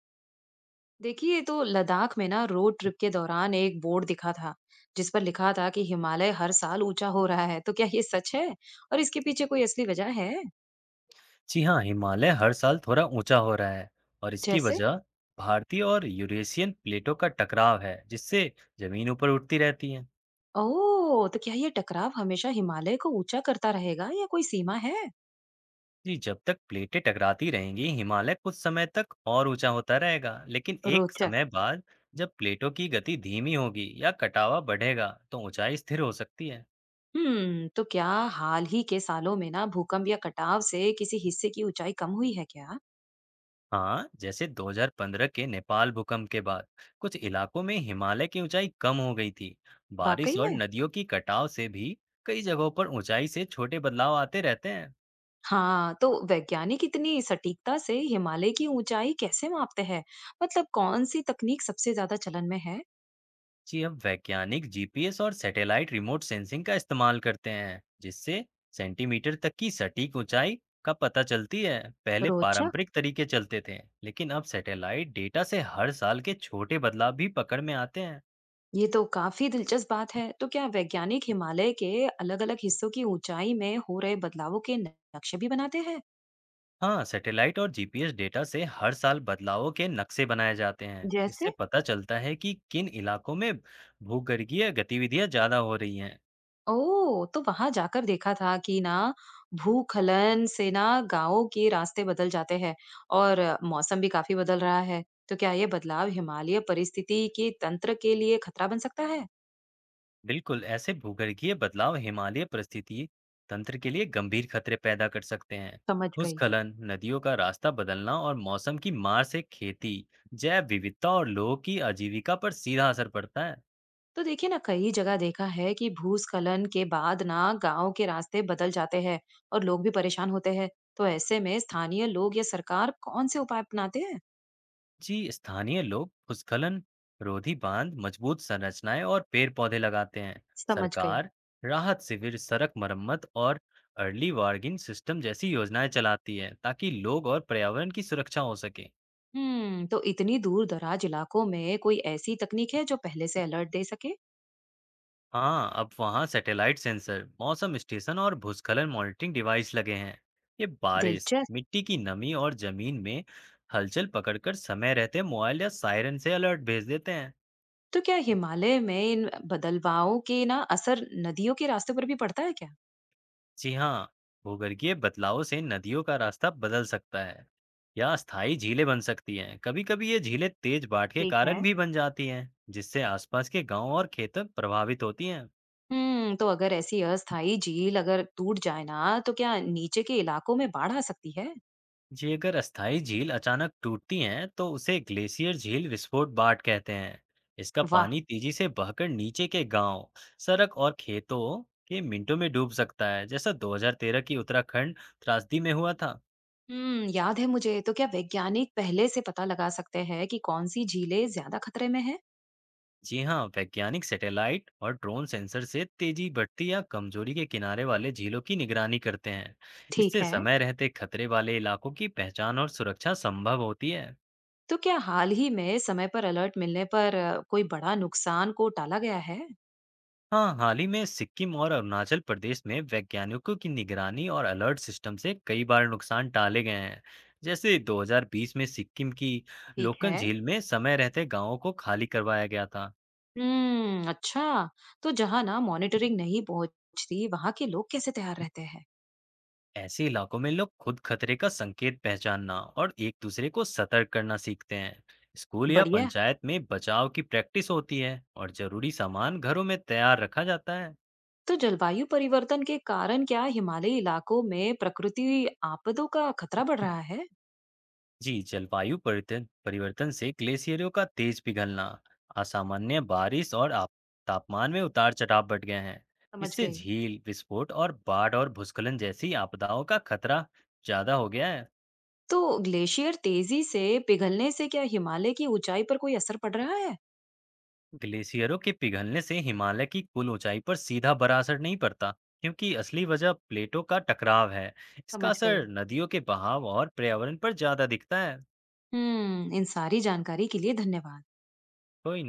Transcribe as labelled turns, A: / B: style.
A: देखिए, तो लद्दाख में ना रोड ट्रिप के दौरान एक बोर्ड दिखा था जिस पर लिखा था कि हिमालय हर साल ऊंचा हो रहा है। तो क्या ये सच है और इसके पीछे कोई असली वजह है?
B: जी हाँ, हिमालय हर साल थोड़ा ऊंचा हो रहा है और इसकी
A: जैसे?
B: वजह भारतीय और यूरेशियन प्लेटों का टकराव है, जिससे जमीन ऊपर उठती रहती है।
A: ओह, तो क्या ये टकराव हमेशा हिमालय को ऊंचा करता रहेगा या कोई सीमा है?
B: जी, जब तक प्लेटें टकराती रहेंगी हिमालय कुछ समय तक और ऊंचा होता रहेगा, लेकिन एक
A: रोचक।
B: समय बाद जब प्लेटों की गति धीमी होगी या कटावा बढ़ेगा तो ऊंचाई स्थिर हो सकती है।
A: तो क्या हाल ही के सालों में ना भूकंप या कटाव से किसी हिस्से की ऊंचाई कम हुई है क्या?
B: हाँ, जैसे 2015 के नेपाल भूकंप के बाद कुछ इलाकों में हिमालय की ऊंचाई कम हो गई थी। बारिश
A: वाकई
B: और
A: में।
B: नदियों की कटाव से भी कई जगहों पर ऊंचाई से छोटे बदलाव आते रहते हैं।
A: हाँ, तो वैज्ञानिक इतनी सटीकता से हिमालय की ऊंचाई कैसे मापते हैं? मतलब कौन सी तकनीक सबसे ज्यादा चलन में है?
B: जी, अब वैज्ञानिक जीपीएस और सैटेलाइट रिमोट सेंसिंग का इस्तेमाल करते हैं, जिससे सेंटीमीटर तक की सटीक ऊंचाई का पता चलती है। पहले
A: रोचक।
B: पारंपरिक तरीके चलते थे, लेकिन अब सैटेलाइट डेटा से हर साल के छोटे बदलाव भी पकड़ में आते हैं।
A: ये तो काफी दिलचस्प बात है। तो क्या वैज्ञानिक हिमालय के अलग-अलग हिस्सों की ऊंचाई में हो रहे बदलावों के नक्शे भी बनाते हैं?
B: हाँ, सैटेलाइट और जीपीएस डेटा से हर साल बदलावों के नक्शे बनाए जाते हैं। इससे
A: जैसे?
B: पता चलता है कि किन इलाकों में भूगर्भीय गतिविधियां ज्यादा हो रही हैं।
A: ओ, तो वहां जाकर देखा था कि ना भूखलन से ना गांवों के रास्ते बदल जाते हैं और मौसम भी काफी बदल रहा है। तो क्या ये बदलाव हिमालय परिस्थिति के तंत्र के लिए खतरा बन सकता है?
B: बिल्कुल, ऐसे भूगर्भीय बदलाव हिमालय परिस्थिति तंत्र के लिए गंभीर खतरे पैदा कर सकते हैं।
A: समझ गई।
B: भूस्खलन, नदियों का रास्ता बदलना और मौसम की मार से खेती, जैव विविधता और लोगों की आजीविका पर सीधा असर पड़ता है।
A: तो देखिए ना, कई जगह देखा है कि भूस्खलन के बाद ना गांव के रास्ते बदल जाते हैं और लोग भी परेशान होते हैं। तो ऐसे में स्थानीय लोग या सरकार कौन से उपाय अपनाते हैं?
B: जी, स्थानीय लोग भूस्खलन रोधी बांध, मजबूत संरचनाएं और पेड़ पौधे लगाते हैं।
A: समझ गई।
B: सरकार राहत शिविर, सड़क मरम्मत और अर्ली वार्निंग सिस्टम जैसी योजनाएं चलाती है, ताकि लोग और पर्यावरण की सुरक्षा हो सके।
A: तो इतनी दूर दराज इलाकों में कोई ऐसी तकनीक है जो पहले से अलर्ट दे सके?
B: हाँ, अब वहाँ सैटेलाइट सेंसर, मौसम स्टेशन और भूस्खलन मॉनिटरिंग डिवाइस लगे हैं। ये बारिश,
A: दिलचस्प।
B: मिट्टी की नमी और जमीन में हलचल पकड़कर समय रहते मोबाइल या सायरन से अलर्ट भेज देते हैं।
A: तो क्या हिमालय में इन बदलवाओं के ना असर नदियों के रास्ते पर भी पड़ता है क्या?
B: जी हाँ, भूगर्भीय बदलाव से नदियों का रास्ता बदल सकता है या स्थायी झीलें बन सकती हैं। कभी-कभी ये झीलें तेज बाढ़ के
A: ठीक
B: कारण
A: है।
B: भी बन जाती हैं, जिससे आसपास के गांव और खेत प्रभावित होती हैं।
A: तो अगर ऐसी अस्थाई झील अगर टूट जाए ना तो क्या नीचे के इलाकों में बाढ़ आ सकती है?
B: जी, अगर अस्थायी झील अचानक टूटती हैं, तो उसे ग्लेशियर झील विस्फोट बाढ़ कहते हैं। इसका
A: वाह!
B: पानी तेजी से बहकर नीचे के गांव, सड़क और खेतों के मिनटों में डूब सकता है, जैसा 2013 की उत्तराखंड त्रासदी में हुआ था।
A: हुँ, याद है मुझे। तो क्या वैज्ञानिक पहले से पता लगा सकते हैं कि कौन-सी झीलें ज़्यादा खतरे में हैं?
B: जी हाँ, वैज्ञानिक सैटेलाइट और ड्रोन सेंसर से तेजी बढ़ती या कमजोरी के किनारे वाले झीलों की निगरानी करते हैं।
A: ठीक
B: इससे
A: है।
B: समय रहते खतरे वाले इलाकों की पहचान और सुरक्षा संभव होती है।
A: तो क्या हाल ही में समय पर अलर्ट मिलने पर कोई बड़ा नुकसान को टाला गया है?
B: हाँ, हाल ही में सिक्किम और अरुणाचल प्रदेश में वैज्ञानिकों की निगरानी और अलर्ट सिस्टम से कई बार नुकसान टाले गए हैं। जैसे 2020 में सिक्किम की
A: ठीक
B: लोकन
A: है।
B: झील में समय रहते गांवों को खाली करवाया गया था।
A: हुँ, अच्छा। तो जहाँ ना मॉनिटरिंग नहीं पहुँचती, वहाँ के लोग कैसे तैयार रहते हैं?
B: ऐसे इलाकों में लोग खुद खतरे का संकेत पहचानना और एक दूसरे को सतर्क करना सीखते हैं। स्कूल या
A: बढ़िया।
B: पंचायत में बचाव की प्रैक्टिस होती है और जरूरी सामान घरों में तैयार रखा जाता है।
A: तो जलवायु परिवर्तन के कारण क्या हिमालयी इलाकों में प्रकृति आपदों का खतरा बढ़ रहा है?
B: जी, जलवायु परिवर्तन परिवर्तन से ग्लेशियरों का तेज पिघलना, असामान्य बारिश और तापमान में उतार-चढ़ाव बढ़ गए हैं।
A: समझ
B: इससे
A: गई।
B: झील विस्फोट और बाढ़ और भूस्खलन जैसी आपदाओं का खतरा ज्यादा हो गया है।
A: तो ग्लेशियर तेजी से पिघलने से क्या हिमालय की ऊंचाई पर कोई असर पड़ रहा है?
B: ग्लेशियरों के पिघलने से हिमालय की कुल ऊंचाई पर सीधा बड़ा असर नहीं पड़ता, क्योंकि असली वजह प्लेटों का टकराव है। इसका
A: समझ
B: असर
A: गई।
B: नदियों के बहाव और पर्यावरण पर ज्यादा दिखता है।
A: इन सारी जानकारी के लिए धन्यवाद।
B: तो इन